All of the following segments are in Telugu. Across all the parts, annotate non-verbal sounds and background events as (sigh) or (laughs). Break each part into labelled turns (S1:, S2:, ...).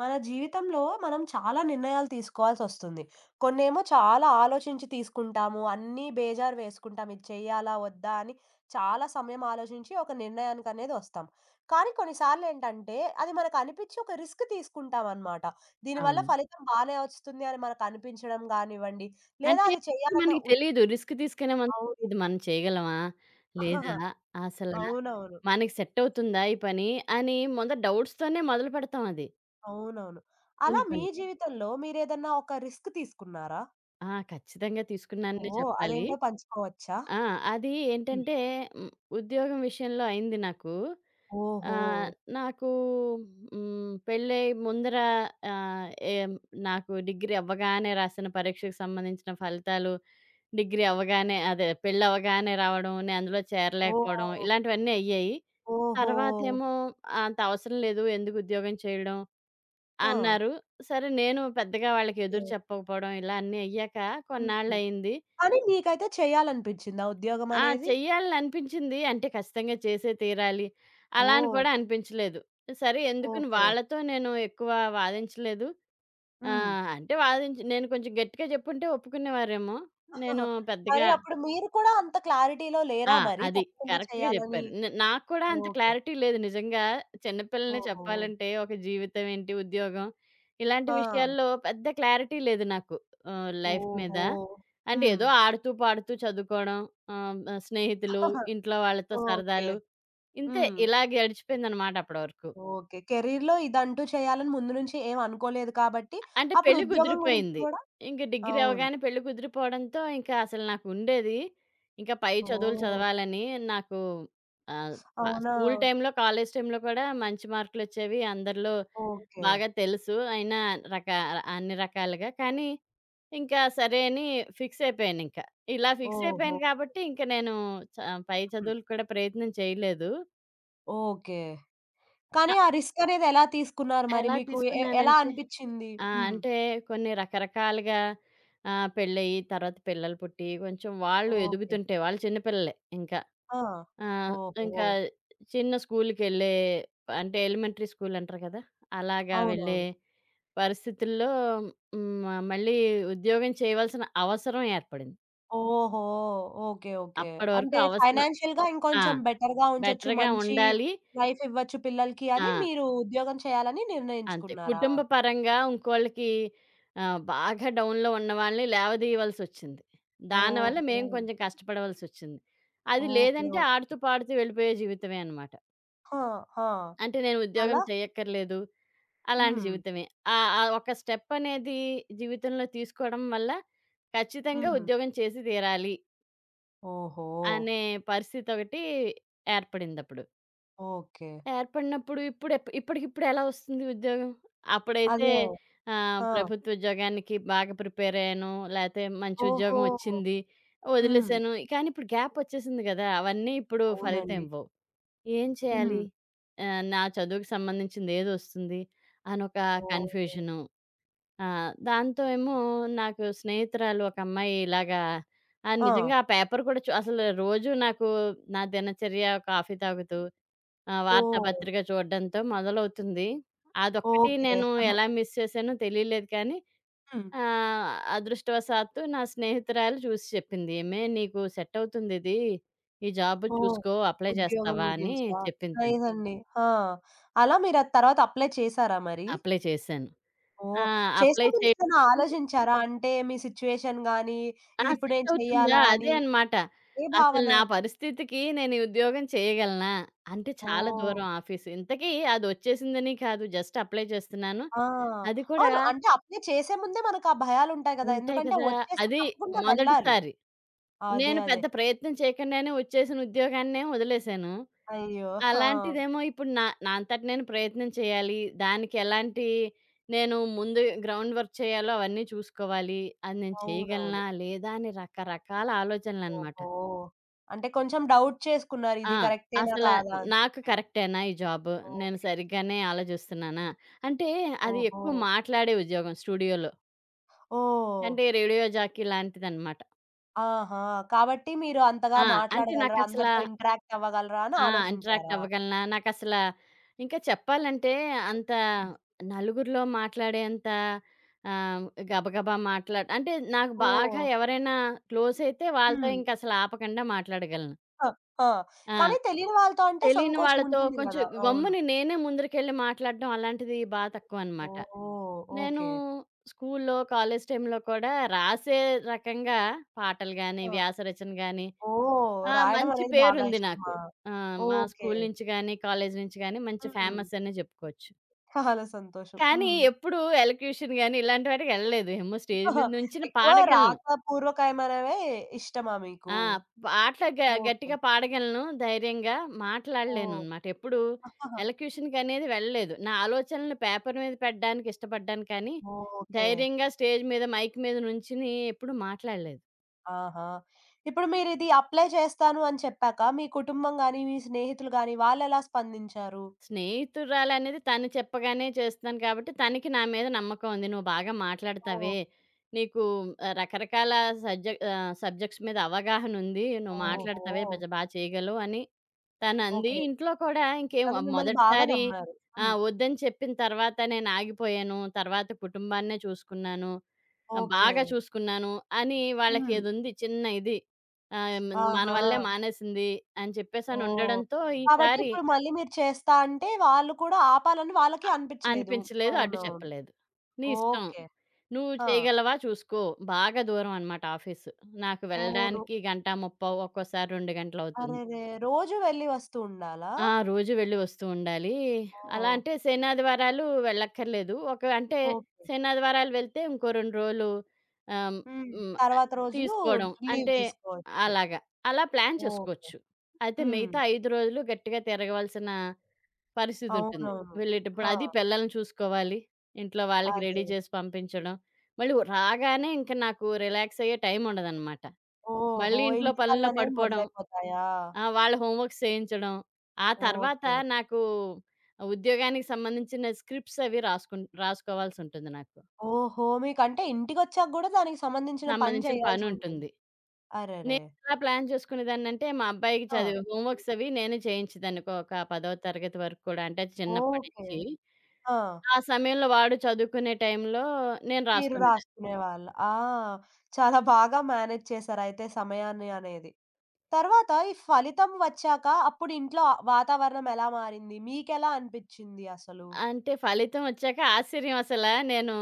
S1: మన జీవితంలో మనం చాలా నిర్ణయాలు తీసుకోవాల్సొస్తుంది. కొన్నేమో చాలా ఆలోచించి తీసుకుంటాము. అన్నీ బేజారు వేసుకుంటాం. ఇది చేయాలా? వద్దా? అని చాలా సమయం ఆలోచించి ఒక నిర్ణయానికనేది ఒస్తాం. కానీ కొన్నిసార్లేంటంటే అది మనకనిపిచ్చి ఒక రిస్క్ తీసుకుంటామనమాట. దీనివల్ల
S2: అవును.
S1: ఫలితం బానే ఒస్తుంది అని మనకనిపించడం గానివ్వండి, లేదా
S2: అంటే
S1: అది చేయాలన్న
S2: మనకి తెలీదు. రిస్క్ తీసుకునే మనకు
S1: అవును.
S2: తెలీదు. మనం చేయగలమా?
S1: (laughs) ఆహాహా.
S2: లేదా? అసల
S1: అవునవును.
S2: మనకి సెట్ అవుతుందా ఈ పని? అని ముందు డౌట్స్‌తోనే మొదలు పెడతాం అది.
S1: అవునవును. అలా
S2: కూలి
S1: మీ
S2: పని.
S1: జీవితంలో మీరేదన్నా ఒక రిస్క్ తీసుకున్నారా?
S2: ఆ! ఖచ్చితంగా తీసుకున్నాననే
S1: ఓహ్!
S2: చెప్పాలి.
S1: అదేంటో పంచుకోవచ్చా?
S2: ఆ! అది ఏంటంటే హ్మ్, ఉద్యోగం విషయంలో అయింది నాకు.
S1: ఓహో!
S2: ఆహ్, నాకు పెళ్ళై ముందర ఆహ్, ఏం నాకు డిగ్రీ అవ్వగానే రాసిన పరీక్షకు సంబంధించిన ఫలితాలు, డిగ్రీ అవ్వగానే అదే పెళ్ళవ్వగానే రావడం, నేను అందులో చేరలేకపోవడం
S1: ఓహ్!
S2: ఇలాంటివన్నీ అయ్యాయి.
S1: ఓహో!
S2: తర్వాతేమో అంత అవసరం లేదు ఎందుకు ఉద్యోగం చేయడం
S1: ఆ!
S2: అన్నారు. సరే నేను పెద్దగా వాళ్ళకి
S1: ఓకే.
S2: ఎదురు చెప్పకపోవడం ఇలా అన్నీ అయ్యాక
S1: హుహు.
S2: కొన్నాళ్ళయింది.
S1: కానీ నీకైతే చేయాలనిపించిందా
S2: ఆ!
S1: ఉద్యోగమనేది?
S2: చెయ్యాలననిపించింది. అంటే ఖచ్చితంగా చేసే తీరాలి. అలా అని
S1: ఓహ్!
S2: కూడా అనిపించలేదు. సరే ఎందుకని
S1: ఓకే.
S2: వాళ్ళతో నేను ఎక్కువ వాదించలేదు.
S1: హ్మ్.
S2: అంటే వాదించి నేను కొంచెం గట్టిగా చెప్పుంటే ఒప్పుకునేవారేమో. నేను
S1: మరి
S2: పెద్దగా
S1: అప్పుడు మీరు కూడా అంత క్లారిటీలో లేరా
S2: ఆ!
S1: మరి?
S2: అది.
S1: తప్పకుండా
S2: కరెక్ట్‌గా
S1: చేయాలని.
S2: జెప్పారు. నాకు కూడా అంత
S1: ఓకే.
S2: క్లారిటీ లేదు నిజంగా. చిన్న పిల్లనే
S1: ఓహో!
S2: చెప్పాలంటే ఒక జీవితం ఏంటి, ఉద్యోగం ఇలాంటి
S1: ఆ!
S2: విషయాల్లో పెద్ద క్లారిటీ లేదు నాకు. లైఫ్ మీద.
S1: ఓహో!
S2: అంటే
S1: హ్మ్.
S2: ఏదో ఆడుతూ, పాడుతూ చదువుకోవడం, ఆహ్, స్నేహితులు, ఇంట్లో వాళ్ళతో
S1: ఓకే.
S2: సరదాలు ఇంతే
S1: హ్మ్.
S2: ఇలా గడిచిపోయిందనమాట అప్పటి వరకు.
S1: ఓకే. కెరీర్‌లో ఇదంటూ చేయాలని ముందు నుంచి ఏం అనుకోలేదు కాబట్టి,
S2: అంటే
S1: అప్పుడు
S2: పెళ్లి
S1: ఉద్యోగం గురించి
S2: కుదిరిపోయింది.
S1: కూడా
S2: ఇంక డిగ్రీ
S1: అవును.
S2: అవ్వగానే పెళ్లి కుదిరిపోవడంతో, ఇంకా అసలు నాకుండేది, ఇంకా పై చదువులు
S1: ఓహ్!
S2: చదవాలని నాకు ఆహ్, ప
S1: అవునా?
S2: స్కూల్ టైమ్‌లో, కాలేజ్ టైమ్‌లో కూడా మంచి మార్కులొచ్చేవి. అందరిలో
S1: ఓకే.
S2: బాగా తెలుసు. అయినా రక అన్ని రకాలుగా. కానీ, ఇంకా సరే అని ఫిక్స్ అయిపోయానింక. ఇలా ఫిక్స్
S1: ఓహో!
S2: అయిపోయాను కాబట్టి, ఇంక నేను చ పై
S1: హ్మ్.
S2: చదువులకు కూడా ప్రయత్నం చేయలేదు.
S1: ఓకే. కానీ
S2: ఆహ్,
S1: ఆ రిస్క్ అనేది ఎలా తీసుకున్నారు మరి?
S2: ఎలా
S1: మీకు ఎలా
S2: తీసుకున్నానంటే
S1: అనిపిచ్చింది?
S2: ఆ!
S1: హ్మ్.
S2: అంటే కొన్ని రకరకాలుగా పెళ్ళయ్యి, తర్వాత పిల్లలు పుట్టి, కొంచెం వాళ్ళు
S1: ఓకే.
S2: ఎదుగుతుంటే వాళ్ళు చిన్న పిల్లలే ఇంకా.
S1: ఆ!
S2: ఆహ్,
S1: ఓహో!
S2: ఇంకా చిన్న స్కూలుకెళ్ళే అంటే ఎలిమెంటరీ స్కూల్ అంటారు కదా! అలాగా వెళ్ళే
S1: అవునవును.
S2: పరిస్థితుల్లో మళ్ళీ ఉద్యోగం చేయవలసిన అవసరం ఏర్పడింది.
S1: ఓహో! ఓకే. ఓకే.
S2: అప్పటి వరకు
S1: అంటే
S2: అవసరం
S1: ఫైనాన్షియల్‌గా
S2: ఆ!
S1: ఇంకొంచెం బెటర్‌గా ఉంచొచ్చు.
S2: బెటర్‌గా
S1: మంచి
S2: ఉండాలి.
S1: లైఫ్ ఇవ్వచ్చు పిల్లలకి
S2: ఆ!
S1: అని మీరు ఉద్యోగం చేయాలని
S2: అంతే.
S1: నిర్ణయించుకున్నారా?
S2: కుటుంబ పరంగా ఇంకోళ్ళకి బాగా డౌన్‌లో ఉన్నవాళ్ళని లేవదీయవలసొచ్చింది. దానివల్ల
S1: ఓహో!
S2: మేము కొంచెం కష్టపడవలసొచ్చింది. అది
S1: ఓకే.
S2: లేదంటే
S1: ఓకే.
S2: ఆడుతూ, పాడుతూ వెళ్ళిపోయే జీవితమే అనమాట.
S1: ఆ! ఆ!
S2: అంటే నేను ఉద్యోగం
S1: అలా
S2: చేయక్కర్లేదు. అలాంటి
S1: హ్మ్.
S2: జీవితమే. ఆ ఒక స్టెప్ అనేది జీవితంలో తీసుకోవడం వల్ల ఖచ్చితంగా
S1: హ్మ్.
S2: ఉద్యోగం చేసి తీరాలి
S1: ఓహో!
S2: అనే పరిస్థితొకటి ఏర్పడిందప్పుడు.
S1: ఓకే.
S2: ఏర్పడినప్పుడు ఇప్పుడు ఇప్పటికిప్పుడు ఎలా వస్తుంది ఉద్యోగం? అప్పుడైతే
S1: అదే. ఆ!
S2: ప్రభుత్వ ఉద్యోగానికి బాగా ప్రిపేర్ అయ్యాను. లేతే మంచి
S1: ఓహో!
S2: ఉద్యోగం వచ్చింది.
S1: హ్మ్.
S2: వదిలేసాను. కానీ ఇప్పుడు గ్యాప్ వచ్చేసింది గదా! అవన్నీ ఇప్పుడు ఫలితం
S1: అవునండి.
S2: ఇవ్వవు. ఏం
S1: హ్మ్.
S2: చేయాలి? నా చదువుకి సంబంధించింది ఏదొస్తుంది అనొక
S1: ఓహ్!
S2: కన్‌ఫ్యూజను. దాంతో ఏమో నాకు స్నేహితురాలు ఒక అమ్మాయి ఇలాగా ఆ!
S1: ఆ!
S2: నిజంగా ఆ పేపర్ కూడా అసలు రోజు నాకు నా దినచర్య కాఫీ తాగుతూ ఆ!
S1: ఓహ్!
S2: వార్తాపత్రిక చూడడంతో మొదలవుతుంది. అదొక్కటి
S1: ఓకే.
S2: నేను ఎలా మిస్ చేశానో తెలియలేదు కానీ
S1: హ్మ్.
S2: అదృష్టవశాత్తు నా స్నేహితురాలు చూసి చెప్పింది. "ఏమే నీకు సెట్ అవుతుందిది. ఈ జాబ్
S1: ఓహ్!
S2: చూసుకో అప్లై
S1: ఉద్యోగం
S2: చేస్తావా?" అని
S1: గురించా?
S2: చెప్పింది తను.
S1: లేదండి. ఆ! అలా మీరది తర్వాత అప్లై చేసారా మరి?
S2: అప్లై చేశాను. ఆ!
S1: ఓహ్! చేసే
S2: అప్లై
S1: ముందేదైనా
S2: చేయడానికి
S1: ఆలోచించారా? అంటే మీ సిట్యుయేషన్ గాని,
S2: ఆ!
S1: ఇదిప్పుడు
S2: సెట్
S1: నేను
S2: అవుతుందా?
S1: చెయ్యాలా అని
S2: అదే అనమాట.
S1: ఏ
S2: అసలు
S1: భావన?
S2: నా పరిస్థితికి నేను ఈ ఉద్యోగం చేయగలనా? అంటే చాలా
S1: ఓహ్!
S2: దూరం ఆఫీసు. ఇంతకీ అదొచ్చేసిందని కాదు జస్ట్ అప్లై చేస్తున్నాను.
S1: ఆ!
S2: అది కూడా
S1: అవును. అంటే అప్లై చేసే ముందే మనకా భయాలుంటాయి గదా!
S2: ఉంటాయి
S1: ఎందుకంటే
S2: కదా!
S1: వచ్చేస్తే
S2: అది
S1: తప్పకుండా వెళ్ళాలి.
S2: మొదటిసారి.
S1: అదే.
S2: నేను
S1: అదే.
S2: పెద్ద ప్రయత్నం చేయకుండానే వచ్చేసిన ఉద్యోగాన్నే వదిలేసాను.
S1: అయ్యో! ఆ!
S2: అలాంటిదేమో ఇప్పుడు నా నా అంతట నేను ప్రయత్నం చేయాలి. దానికి ఎలాంటి నేను ముందు గ్రౌండ్ వర్క్ చేయాలో అవన్నీ చూసుకోవాలి. అది నేను
S1: అవునవును.
S2: చేయగలనా? లేదా? అని రకరకాల ఆలోచనలనమాట.
S1: ఓహో! అంటే కొంచెం డౌట్ చేసుకున్నారు.
S2: ఆ!
S1: ఇది కరెక్టేనా
S2: అసల
S1: కాదా అని
S2: నాకు
S1: చెప్పి.
S2: కరెక్టేనా ఈ జాబు? నేను
S1: ఓకే.
S2: సరిగ్గానే ఆలోచిస్తున్నానా? అంటే అది
S1: ఓహో!
S2: ఎక్కువ మాట్లాడే ఉద్యోగం స్టూడియోలో.
S1: ఓహ్!
S2: అంటే రేడియో జాకీ లాంటిదనమాట.
S1: ఆహా! కాబట్టి మీరు అంతగా
S2: ఆ! అంటే
S1: మాట్లాడగలరా?
S2: నాకసల
S1: అందరితో ఇంటరాక్ట్ అవ్వగలరా అని
S2: ఆ! ఇంటరాక్ట్
S1: ఆలోచించారా?
S2: అవ్వగలనా? నాకసల ఇంకా చెప్పాలంటే అంత నలుగురిలో మాట్లాడేంత ఆహ్, గబగబా మాట్లా అంటే నాకు
S1: ఓహ్!
S2: బాగా ఎవరైనా క్లోజ్ అయితే వాళ్ళతో
S1: హ్మ్.
S2: ఇంకసలు ఆపకుండా మాట్లాడగలను.
S1: ఆ! ఆ!
S2: ఆ!
S1: కానీ తెలియని వాళ్ళతో అంటే
S2: తెలియని
S1: సంకోచం
S2: వాళ్ళతో
S1: ఉంటుంది
S2: కొంచెం
S1: గదా! అవును.
S2: గమ్మున నేనే ముందరికెళ్ళి మాట్లాడడం అలాంటిది తక్కువనమాట.
S1: ఓహ్!
S2: నేను
S1: ఓకే.
S2: స్కూల్లో, కాలేజ్ టైమ్‌లో కూడా రాసే రకంగా పాటలు గాని,
S1: ఆ!
S2: వ్యాస రచన గాని
S1: ఓహ్!
S2: ఆ!
S1: రాయడం
S2: మంచి
S1: అనేది బాగా
S2: పేరుంది నాకు.
S1: ఇష్టమా?
S2: మా
S1: ఓకే.
S2: స్కూల్ నుంచి గానీ, కాలేజీ నుంచి గానీ మంచి
S1: హ్మ్.
S2: ఫేమస్ అనే జెప్పుకోవచ్చు.
S1: చాలా సంతోషం.
S2: కానీ
S1: హ్మ్.
S2: ఎప్పుడు ఎలక్యూషన్ గానీ ఇలాంటి వాటికెళ్ళలేదు. ఏమో స్టేజ్
S1: ఆహా!
S2: మీద నుంచుని
S1: ఎక్కువ
S2: పాడగలను.
S1: రాతపూర్వకమైనవే ఇష్టమా మీకు?
S2: ఆ! పాటలు గ
S1: ఓకే.
S2: గట్టిగా పాడగలను ధైర్యంగా.
S1: ఓహ్!
S2: మాట్లాడలేననమాట. ఎప్పుడు
S1: ఆహాహా!
S2: ఎలక్యూషన్‌కనేది వెళ్ళలేదు. నా ఆలోచనలు పేపర్ మీద పెట్టడానికి ఇష్టపడ్డాను కానీ,
S1: ఓకే.
S2: ధైర్యంగా స్టేజ్ మీద మైక్ మీద నుంచుని ఎప్పుడు మాట్లాడలేదు.
S1: ఆహా! ఇప్పుడు మీరిది అప్లై చేస్తాను అని చెప్పాక, మీ కుటుంబం గాని, మీ స్నేహితులు గాని వాళ్ళెలా స్పందించారు?
S2: స్నేహితురాలనేది తను చెప్పగానే చేస్తున్నాను కాబట్టి, తనకి నా మీద నమ్మకం ఉంది. నువ్వు బాగా
S1: ఓహ్!
S2: మాట్లాడతావే, నీకు రకరకాల సబ్జెక్ట్స్ మీద అవగాహన ఉంది. నువ్వు
S1: ఓహో!
S2: మాట్లాడతావే బజ బా చేయగలవు అని తనంది.
S1: ఓకే.
S2: ఇంట్లో కూడా ఇంకేం
S1: తను
S2: ఆ,
S1: మిమ్మల్ని బాగా
S2: మొదటిసారి
S1: నమ్మారు.
S2: ఆ!
S1: హ్మ్.
S2: వద్దని చెప్పిన తర్వాత నేను ఆగిపోయాను. తర్వాత కుటుంబాన్నే చూసుకున్నాను.
S1: ఓకే.
S2: బాగా చూసుకున్నాను అని వాళ్ళకి
S1: హ్మ్.
S2: ఇది ఉంది. చిన్న ఇది. ఆహ్, మన
S1: ఆహా!
S2: వల్లే మానేసింది అని చెప్పేసని
S1: ఓహ్!
S2: ఉండడంతో
S1: కాబట్టి
S2: ఈసారి
S1: ఇప్పుడు మళ్ళీ మీరు చేస్తా అంటే, వాళ్ళు కూడా ఆపాలని వాళ్ళకి
S2: అ
S1: అనిపించలేదు.
S2: అనిపించలేదు. అడ్డు
S1: అవునవును.
S2: చెప్పలేదు. నీ ఇష్టం.
S1: ఓకే.
S2: నువ్వు
S1: ఆ!
S2: చేయగలవా చూసుకో. బాగా దూరం అనమాట ఆఫీసు. నాకు
S1: ఓహ్!
S2: వెళ్ళడానికి గంట, ముప్పావు ఒక్కోసారి 2 గంటలవుతుంది.
S1: అరెరే! రోజు వెళ్లి వస్తూ ఉండాలా?
S2: ఆ! రోజు వెళ్ళి వస్తూ ఉండాలి. అలా
S1: ఓహ్!
S2: అంటే శనాదివారాలు వెళ్ళక్కర్లేదు. ఒక అంటే
S1: ఓకే.
S2: శనాదివారాలు వెళ్తే ఇంకో 2 రోజులు ఆహ్,
S1: హ్మ్.
S2: హ్మ్.
S1: తర్వాత రోజులు
S2: తీసుకోవడం.
S1: లీవ్
S2: అంటే
S1: తీసుకోవచ్చు.
S2: అలాగా. అలా ప్లాన్
S1: ఓకే.
S2: చేసుకోవచ్చు. అయితే
S1: హ్మ్.
S2: మిగతా 5 రోజులు గట్టిగా తిరగవలసిన పరిస్థితుంటుంది.
S1: అవునవును. ఆ!
S2: వెళ్ళేటప్పుడు అది పిల్లల్ని చూసుకోవాలి. ఇంట్లో వాళ్ళకి
S1: అదే.
S2: రెడీ చేసి పంపించడం. మళ్ళీ రాగానే ఇంక నాకు రిలాక్స్ అయ్యే టైం ఉండదనమాట.
S1: ఓహో!
S2: మళ్ళీ ఇంట్లో
S1: ఇంటి
S2: పనుల్లో
S1: పనులనేవి
S2: పడిపోవడం.
S1: మొదలైపోతాయా?
S2: ఆ! వాళ్ళ హోంవర్క్స్ చేయించడం. ఆ తర్వాత
S1: ఓకే.
S2: నాకు ఉద్యోగానికి సంబంధించిన స్క్రిప్ట్స్ అవి రాసుకోవాల్సుంటుంది నాకు.
S1: ఓహో! మీకంటే ఇంటికొచ్చాక గూడా దానికి సంబంధించిన పని
S2: సంబంధించిన
S1: చేయాల్సుంటుంది.
S2: పనుంటుంది.
S1: అరెరే!
S2: నేను ఎలా ప్లాన్ చేసుకునేదాన్నంటే మా అబ్బాయికి
S1: ఆ!
S2: చదివే హోంవర్క్స్ అవి నేనే చేయించేదాన్ని. ఒక 10వ తరగతి వరకు కూడా అంటే చిన్నప్పటి
S1: ఓకే.
S2: నుంచి.
S1: ఆ!
S2: ఆ సమయంలో వాడు చదువుకునే టైంలో నేను
S1: మీరు
S2: రాసుకునేదాన్ని.
S1: రాసుకునేవాళ్ళు. ఆ! చాలా బాగా మేనేజ్ చేశారయితే సమయాన్ని అనేది. తర్వాత ఈ ఫలితం వచ్చాక అప్పుడు ఇంట్లో ఆ వాతావరణం ఎలా మారింది? మీకెలా అనిపిచ్చింది అసలు?
S2: అంటే ఫలితం వచ్చాక ఆశ్చర్యం అసలా. నేను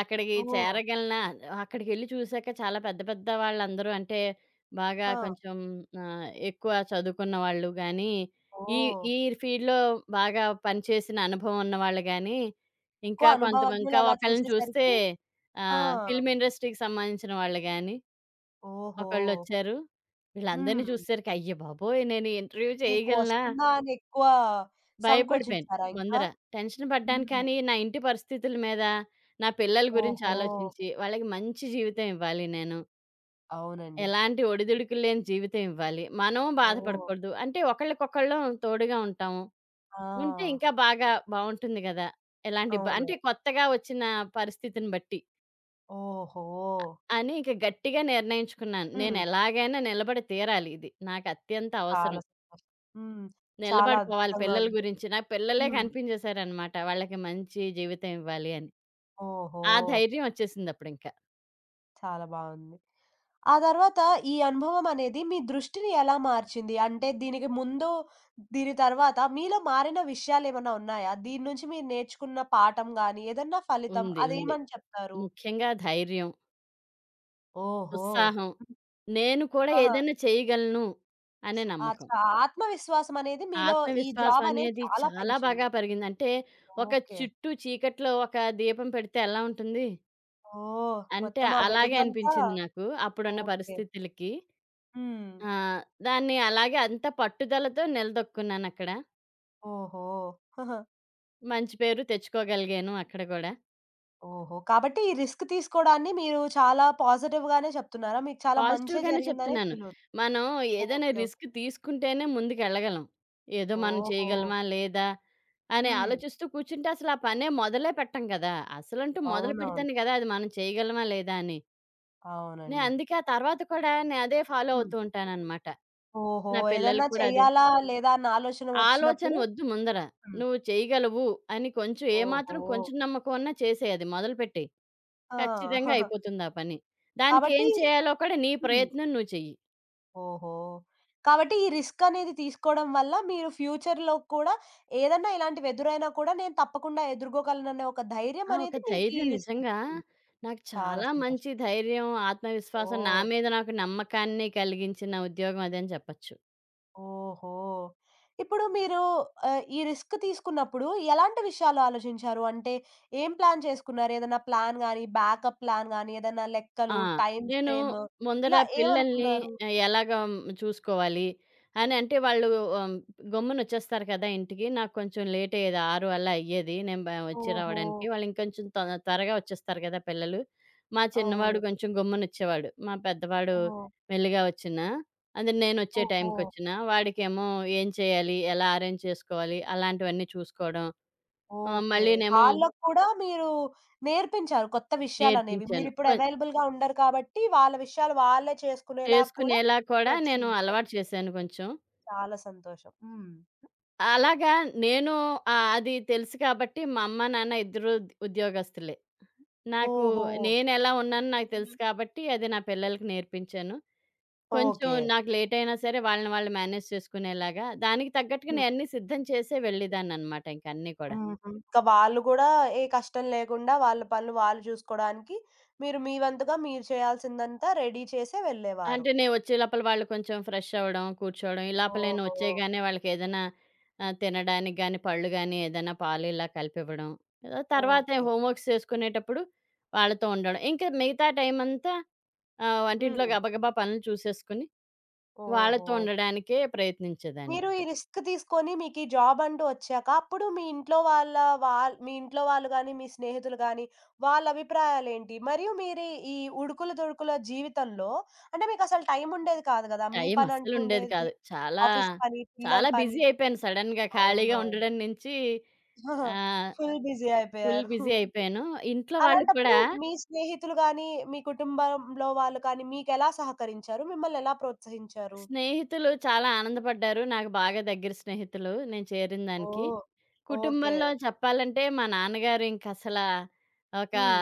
S2: అక్కడికి
S1: ఓహ్!
S2: చేరగలనా? అక్కడికెళ్లి చూసాక చాలా పెద్ద పెద్ద వాళ్ళందరూ అంటే బాగా
S1: ఆ!
S2: కొంచెం ఎక్కువ చదువుకున్న వాళ్ళు గానీ, ఈ
S1: ఓహ్!
S2: ఈ ఫీల్డ్‌లో బాగా పనిచేసిన అనుభవం ఉన్న వాళ్ళు గానీ,
S1: ఎక్కువ
S2: ఇంకా కొంతమంది
S1: అనుభవజ్ఞులు
S2: ఇంకా
S1: అలా
S2: ఒకళ్ళని చూస్తే
S1: చూసేసరికి ఆ!
S2: ఫిల్మ్ ఇండస్ట్రీకి సంబంధించిన వాళ్ళు గానీ,
S1: ఓహో!
S2: ఒకళ్ళొచ్చారు. వీళ్ళందరిని
S1: హ్మ్.
S2: చూసేసరికి అయ్య బాబోయ్! నేను ఈ ఇంటర్వ్యూ
S1: మీకు
S2: చేయగలనా?
S1: వస్తుందా అని ఎక్కువ
S2: భయపడిపోయాను
S1: సంకోచించారా ఇంకా?
S2: ముందర. టెన్షన్ పడ్డాను
S1: హ్మ్.
S2: కానీ, నా ఇంటి పరిస్థితుల మీద, నా పిల్లల గురించి
S1: ఓహో!
S2: ఆలోచించి, వాళ్ళకి మంచి జీవితం ఇవ్వాలి నేను.
S1: అవునండి.
S2: ఎలాంటి ఒడిదుడుకులు లేని జీవితం ఇవ్వాలి. మనం
S1: ఓహ్!
S2: బాధపడకూడదు. అంటే ఒకళ్ళకొకళ్ళం తోడుగా ఉంటాము.
S1: ఆ!
S2: ఉంటే ఇంకా బాగా బావుంటుంది గదా! ఎలాంటి ఇబ్బ
S1: అవును.
S2: అంటే కొత్తగా వచ్చిన పరిస్థితిని బట్టి
S1: ఓహో!
S2: అని ఇంక గట్టిగా నిర్ణయించుకున్నాను. నేను
S1: హ్మ్.
S2: ఎలాగైనా నిలబడి తీరాలి ఇది. నాకు అత్యంత
S1: చాలా
S2: అవసరం.
S1: సంతోషం. హ్మ్. చాలా
S2: నిలబడిపోవాలి
S1: అద్భుతంగా
S2: పిల్లల
S1: ఉంది.
S2: గురించి. నాకు పిల్లలే
S1: హ్మ్.
S2: కనిపించేశారనమాట. వాళ్ళకి మంచి జీవితం ఇవ్వాలి అని.
S1: ఓహో!
S2: ఆ ధైర్యం ఒచ్చేసిందప్పుడింక.
S1: చాలా బావుంది. ఆ తర్వాత ఈ అనుభవం అనేది మీ దృష్టిని ఎలా మార్చింది? అంటే దీనికి ముందు, దీని తర్వాత మీలో మారిన విషయాలేమన్నా ఉన్నాయా? దీని నుంచి మీరు నేర్చుకున్న పాఠం గాని, ఏదన్నా ఫలితం
S2: ఉంది. ఉంది.
S1: అదేమని చెప్తారు?
S2: ముఖ్యంగా ధైర్యం,
S1: ఓహో!
S2: ఉత్సాహం, నేను కూడా
S1: ఆహా!
S2: ఏదైనా చేయగలను అనే
S1: ఆ!
S2: నమ్మకం.
S1: ఆత్మవిశ్వాసం అనేది మీలో ఈ
S2: ఆత్మవిశ్వాసం
S1: జాబ్ అనేది
S2: అనేది
S1: చాలా
S2: చాలా
S1: పెంచింది.
S2: బాగా పెరిగింది. అంటే ఒక
S1: ఓకే.
S2: చుట్టూ చీకట్లో ఒక దీపం పెడితే ఎలా ఉంటుంది?
S1: ఓహ్!
S2: అంటే
S1: మొత్తం ఆ
S2: అలాగే
S1: వెలుగంతా
S2: అనిపించింది నాకు అప్పుడున్న
S1: ఓకే.
S2: పరిస్థితులకి.
S1: హ్మ్.
S2: ఆ! దాన్ని అలాగే అంత పట్టుదలతో నిలదొక్కున్నానక్కడ.
S1: ఓహో! (laughs)
S2: మంచి పేరు తెచ్చుకోగలిగాను అక్కడ గూడా.
S1: ఓహో! కాబట్టి ఈ రిస్క్ తీసుకోడాన్ని మీరు చాలా పాజిటివ్‌గానే చెప్తున్నారా? మీకు చాలా మంచే
S2: పాజిటివ్‌గానే
S1: జరిగిందనే
S2: చెప్తున్నాను.
S1: ఫీల్ అవుతు
S2: మనం ఏదైనా
S1: ఓకే. ఓకే.
S2: రిస్క్ తీసుకుంటేనే ముందుకెళ్ళగలం. ఏదో మనం
S1: ఓహో!
S2: చేయగలమా? లేదా? అని
S1: హ్మ్.
S2: ఆలోచిస్తూ కూర్చుంటే అసలు ఆ పనే మొదలే పెట్టం కదా! అసలంటూ మొదలు
S1: అవునవును.
S2: పెడితేనే కదా! అది మనం చేయగలమా? లేదా? అని. నేను
S1: అవునండి.
S2: అందుకే ఆ తర్వాత కూడా నేను అదే ఫాలో
S1: హ్మ్.
S2: అవుతూ ఉంటాననమాట.
S1: ఓహో!
S2: నా
S1: ఏదన్నా
S2: పిల్లలకి కూడా అదే.
S1: చెయ్యాలా? లేదా? అన్న ఆలోచన
S2: ఆలోచన
S1: వచ్చినప్పుడు
S2: వద్దు ముందర.
S1: హ్మ్.
S2: నువ్వు చేయగలవు అని కొంచెం
S1: ఓహో!
S2: ఏమాత్రం కొంచెం నమ్మకం ఉన్నా చేసేయ్ అది మొదలుపెట్టేయి.
S1: ఆ!
S2: ఖచ్చితంగా
S1: (laughs)
S2: అయిపోతుంది ఆ పని.
S1: కాబట్టి
S2: దానికేం చేయాలో కూడా నీ
S1: హ్మ్.
S2: ప్రయత్నం నువ్వు చెయ్యి.
S1: ఓహో! కాబట్టి ఈ రిస్క్ అనేది తీసుకోవడం వల్ల మీరు ఫ్యూచర్‌లో కూడా ఏదన్నా ఇలాంటివి ఎదురైనా కూడా నేను తప్పకుండా ఎదుర్కోగలననే ఒక ధైర్యం
S2: ఆ! ఒక
S1: అనేది మీకు ఈ
S2: ధైర్యం
S1: రిస్క్
S2: నిజంగా
S1: ఇచ్చింది.
S2: నాకు
S1: చాలా
S2: చాలా
S1: సంతోషం.
S2: మంచి ధైర్యం, ఆత్మవిశ్వాసం, నా
S1: ఓహ్!
S2: మీద నాకు నమ్మకాన్ని కలిగించిన ఉద్యోగం అదని చెప్పొచ్చు.
S1: ఓహో! ఇప్పుడు మీరు ఈ రిస్క్ తీసుకున్నప్పుడు ఎలాంటి విషయాలు ఆలోచించారు? అంటే ఏం ప్లాన్ చేసుకున్నారు? ఏదైనా ప్లాన్ గాని, బ్యాకప్ ప్లాన్ గాని, ఏదైనా
S2: ఆ!
S1: లెక్కలు, టైమ్
S2: నేను
S1: ఫ్రేమ్
S2: ముందర
S1: ఇలా
S2: పిల్లల్ని
S1: ఏమనుకున్నారు?
S2: ఎలాగా చూసుకోవాలి అని అంటే వాళ్ళు ఆహ్, గమ్మునొచ్చేస్తారు కదా! ఇంటికి. నాకు కొంచెం లేట్ అయ్యేది 6 అలా అయ్యేది. నేను వచ్చి
S1: ఓహో!
S2: రావడానికి. వాళ్ళు ఇంకొంచెం త్వరగా వచ్చేస్తారు కదా! పిల్లలు. మా చిన్నవాడు
S1: అవును.
S2: కొంచెం గమ్మునొచ్చేవాడు. మా పెద్దవాడు
S1: ఓహ్!
S2: మెల్లిగా వచ్చినా, అదే నేనొచ్చే
S1: ఓహో!
S2: టైంకొచ్చినా, వాడికేమో ఏం చేయాలి? ఎలా అరేంజ్ చేసుకోవాలి? అలాంటివన్నీ చూసుకోవడం.
S1: ఓకే.
S2: మళ్ళీనేమో
S1: వాళ్ళకి కూడా మీరు నేర్పించారు కొత్త విషయాలనేవి.
S2: నేర్పించాను.
S1: మీరిప్పుడు అవైలబుల్‌గా ఉండరు కాబట్టి వాళ్ళ విషయాలు వాళ్ళే చేసుకునేలా కూడా
S2: చేసుకునేలా కూడా నేను
S1: ప్రోత్సహించారు.
S2: అలవాటు చేశాను కొంచెం.
S1: చాలా సంతోషం. హ్మ్.
S2: అలాగా నేను అది తెలుసు కాబట్టి మా అమ్మ, నాన్న ఇద్దరు ఉద్యోగస్తులే. నాకు
S1: ఓహో!
S2: నేనెలా ఉన్నానో నాకు తెలుసు కాబట్టి అది నా పిల్లలకి నేర్పించాను. కొంచెం
S1: ఓకే.
S2: నాకు లేట్ అయినా సరే వాళ్ళని వాళ్ళు మేనేజ్ చేసుకునేలాగా, దానికి తగ్గట్టుగా
S1: హ్మ్.
S2: నేను అన్నీ సిద్ధం చేసే వెళ్ళేదాన్ననమాట ఇంక అన్నీ కూడా.
S1: హుహు. ఇంక వాళ్ళు గూడా ఏ కష్టం లేకుండా వాళ్ళ పనులు వాళ్ళు చూసుకోడానికి, మీరు మీ వంతుగా మీరు చేయాల్సిందంతా రెడీ చేసే వెళ్ళేవారు.
S2: అంటే నేను వచ్చే లోపల వాళ్ళు కొంచెం ఫ్రెష్ అవ్వడం, కూర్చోవడం, ఈ లోపల నేను
S1: ఓహో!
S2: వచ్చేయగానే వాళ్ళకేదైనా తినడానికి గాని, పళ్ళు గాని, ఏదైనా పాలు ఇలా కలిపివ్వడం. ఏదో తర్వాత
S1: ఓకే.
S2: హోమ్ వర్క్స్ చేసుకునేటప్పుడు వాళ్ళతో ఉండడం. ఇంకా మిగతా టైమంతా ఆ! వంటింట్లో
S1: హ్మ్.
S2: గబగబా పనులు చూసేసుకొని,
S1: ఓహో!
S2: వాళ్ళతో ఉండడానికే ప్రయత్నించేదాన్ని.
S1: మీరు ఈ రిస్క్ తీసుకొని మీకీ జాబ్ అంటూ వచ్చాక, అప్పుడు మీ ఇంట్లో వాళ్ళ మీ ఇంట్లో వాళ్ళు గాని, మీ స్నేహితులు గాని, వాళ్ళ అభిప్రాయాలేంటి? మరియు మీరు ఈ ఉడుకుల దొడుకుల జీవితంలో అంటే మీకసలు టైముండేది కాదు గదా! మీ
S2: టైం
S1: పనంటూ
S2: అస్సలుండేది
S1: ఉండేది.
S2: కాదు. చాలా,
S1: ఆఫీస్ పని, పిల్లల
S2: చాలా
S1: పని.
S2: బిజీ అయిపోయాను సడెన్‌గా ఖాళీగా
S1: అవునవును.
S2: ఉండడం నుంచి
S1: ఆహా!
S2: ఆహ్,
S1: ఫుల్ బిజీ
S2: ఫుల్
S1: అయిపోయారు.
S2: బిజీ అయిపోయాను. ఇంట్లో వాళ్ళు కూడా
S1: అలాంటప్పుడు మీ స్నేహితులు గాని, మీ కుటుంబంలో వాళ్ళు కానీ మీకెలా సహకరించారు? మిమ్మల్ని ఎలా ప్రోత్సహించారు?
S2: స్నేహితులు చాలా ఆనందపడ్డారు. నాకు బాగా దగ్గర స్నేహితులు నేను చేరిన దానికి.
S1: ఓహ్! ఓకే.
S2: కుటుంబంలో చెప్పాలంటే మా నాన్నగారు ఇంకసల ఒక
S1: హ్మ్.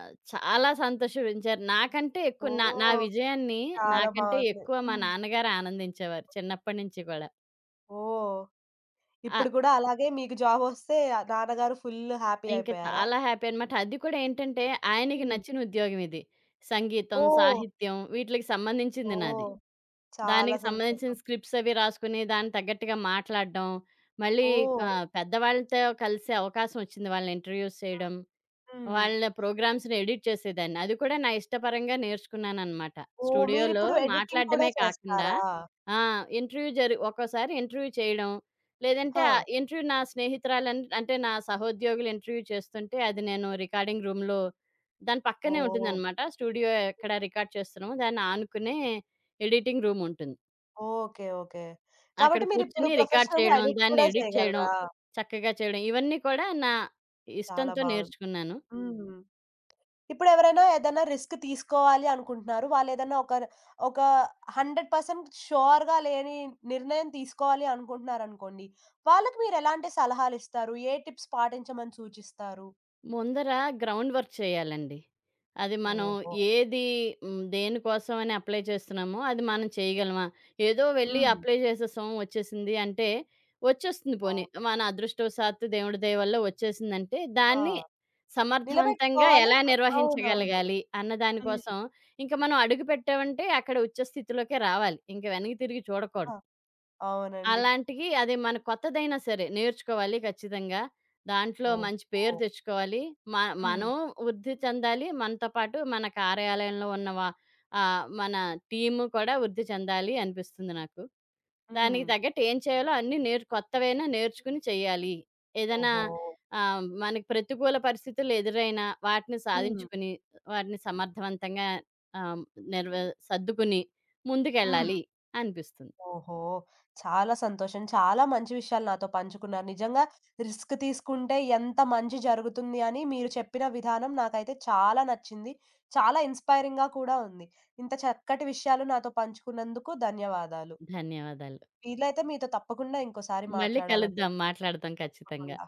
S2: చాలా సంతోషించారు. నాకంటే ఎక్కువ నా నా
S1: ఓహ్!
S2: విజయాన్ని
S1: చాలా
S2: నాకంటే
S1: బావుంది.
S2: ఎక్కువ మా
S1: హ్మ్.
S2: నాన్నగారు ఆనందించేవారు చిన్నప్పటి నుంచి కూడా.
S1: ఓహ్! ఇప్పుడు
S2: ఆహ్,
S1: కూడా అలాగే మీకు జాబొస్తే నాన్నగారు ఫుల్ హ్యాపీ
S2: ఇంక
S1: అయిపోయారా?
S2: చాలా హ్యాపీ అనమాట. అది కూడా ఏంటంటే ఆయనకి
S1: హ్మ్.
S2: నచ్చిన ఉద్యోగం ఇది. సంగీతం,
S1: ఓహ్!
S2: సాహిత్యం వీటిలకి సంబంధించింది నాది.
S1: ఓహ్! చాలా
S2: దానికి సంబంధించిన
S1: సంతోషం.
S2: స్క్రిప్ట్స్ అవి రాసుకుని దానికి తగ్గట్టుగా మాట్లాడడం, మళ్ళీ
S1: ఓహ్!
S2: పెద్దవాళ్ళతో కలిసే అవకాశం వచ్చింది వాళ్ళని ఇంటర్‌వ్యూస్ చేయడం.
S1: హ్మ్.
S2: వాళ్ళ ప్రోగ్రామ్స్‌ని ఎడిట్ చేసేదాన్ని. అది కూడా నా ఇష్టపరంగా నేర్చుకున్నాననమాట.
S1: ఓహ్!
S2: స్టూడియోలో
S1: మీరిప్పుడు ఎడిటింగ్ కూడా
S2: మాట్లాడడమే కాకుండా
S1: చేస్తారా?
S2: ఆ! ఇంటర్వ్యూ జరి ఒక్కోసారి ఇంటర్వ్యూ చేయడం, లేదంటే
S1: ఆ!
S2: ఇంటర్వ్యూ నా స్నేహితురాలన్ అంటే నా సహోద్యోగులు ఇంటర్వ్యూ చేస్తుంటే అది నేను రికార్డింగ్ రూమ్‌లో దాని పక్కనే
S1: ఓహ్!
S2: ఉంటుందనమాట. స్టూడియో ఎక్కడ రికార్డ్ చేస్తున్నామో దాన్ని ఆనుకునే ఎడిటింగ్ రూమ్ ఉంటుంది.
S1: ఓకే. ఓకే.
S2: అక్కడ
S1: కాబట్టి మీరిప్పుడు
S2: కూర్చొని రికార్డ్
S1: ప్రొఫెషనల్‌గా
S2: చేయడం,
S1: ఎడిట్
S2: దాన్ని
S1: కూడా
S2: ఎడిట్ చేయడం,
S1: చేయగలరా?
S2: చక్కగా చేయడం ఇవన్నీ కూడా నా
S1: చాలా
S2: ఇష్టంతో
S1: బావుంది.
S2: నేర్చుకున్నాను.
S1: హ్మ్. ఇప్పుడెవరైనా ఏదైనా రిస్క్ తీసుకోవాలి అనుకుంటున్నారు. వాళ్ళేదన్నా ఒక ఒక 100% ష్యూర్‌గా లేని నిర్ణయం తీసుకోవాలి అనుకుంటున్నారనుకోండి. వాళ్ళకి మీరెలాంటి సలహాలిస్తారు? ఏ టిప్స్ పాటించమని సూచిస్తారు?
S2: ముందర గ్రౌండ్ వర్క్ చేయాలండి. అది మనం
S1: ఓహో!
S2: ఏది దేనికోసమని అప్లై చేస్తున్నామో అది మనం చేయగలమా? ఏదో వెళ్ళి
S1: హ్మ్.
S2: అప్లై చేసేసాం వచ్చేసింది అంటే, వచ్చేస్తుంది పోనీ.
S1: అవును.
S2: మన అదృష్టవశాత్తు దేవుడి దయ వల్ల వచ్చేసిందంటే,
S1: ఆ!
S2: దాన్ని సమర్థవంతంగా
S1: నిలబెట్టుకోవాలి.
S2: ఎలా
S1: అవునవును.
S2: నిర్వహించగలగాలి అన్న దాని
S1: హ్మ్.
S2: కోసం, ఇంక మనం అడుగు పెట్టామంటే అక్కడ ఉచ్చ స్థితిలోకే రావాలి. ఇంక వెనక్కి తిరిగి
S1: ఆ!
S2: చూడకూడదు.
S1: అవునండి.
S2: అలాంటియి అది మన కొత్తదైనా సరే నేర్చుకోవాలి ఖచ్చితంగా. దాంట్లో మంచి పేరు
S1: ఓహో!
S2: తెచ్చుకోవాలి. మ
S1: హ్మ్.
S2: మనం వృద్ధి చెందాలి. మనతో పాటు మన కార్యాలయంలో ఉన్న మన టీము కూడా వృద్ధి చెందాలి అనిపిస్తుంది నాకు.
S1: హ్మ్.
S2: దానికి తగ్గట్టు ఏం చేయాలో అన్నీ కొత్తవైనా నేర్చుకుని చేయాలి. ఏదైనా
S1: ఓహో!
S2: మనకి ప్రతికూల పరిస్థితులు ఎదురైనా వాటిని
S1: హ్మ్.
S2: సాధించుకుని, వాటిని సమర్థవంతంగా ఆహ్, నిర్వ సర్దుకుని
S1: హ్మ్.
S2: ముందుకెళ్ళాలి అనిపిస్తుంది.
S1: ఓహో! చాలా సంతోషం. చాలా మంచి విషయాలు నాతో పంచుకున్నారు. నిజంగా రిస్క్ తీసుకుంటే ఎంత మంచి జరుగుతుంది అని మీరు చెప్పిన విధానం నాకైతే చాలా నచ్చింది. చాలా ఇన్‌స్పైరింగ్‌గా కూడా ఉంది. ఇంత చక్కటి విషయాలు నాతో పంచుకున్నందుకు ధన్యవాదాలు.
S2: ధన్యవాదాలు.
S1: వీలైతే మీతో తప్పకుండా ఇంకోసారి
S2: మళ్ళీ
S1: మాట్లాడాలని
S2: కలుద్దాం.
S1: ఉంది.
S2: మాట్లాడదాం ఖచ్చితంగా.
S1: తప్పకుండా.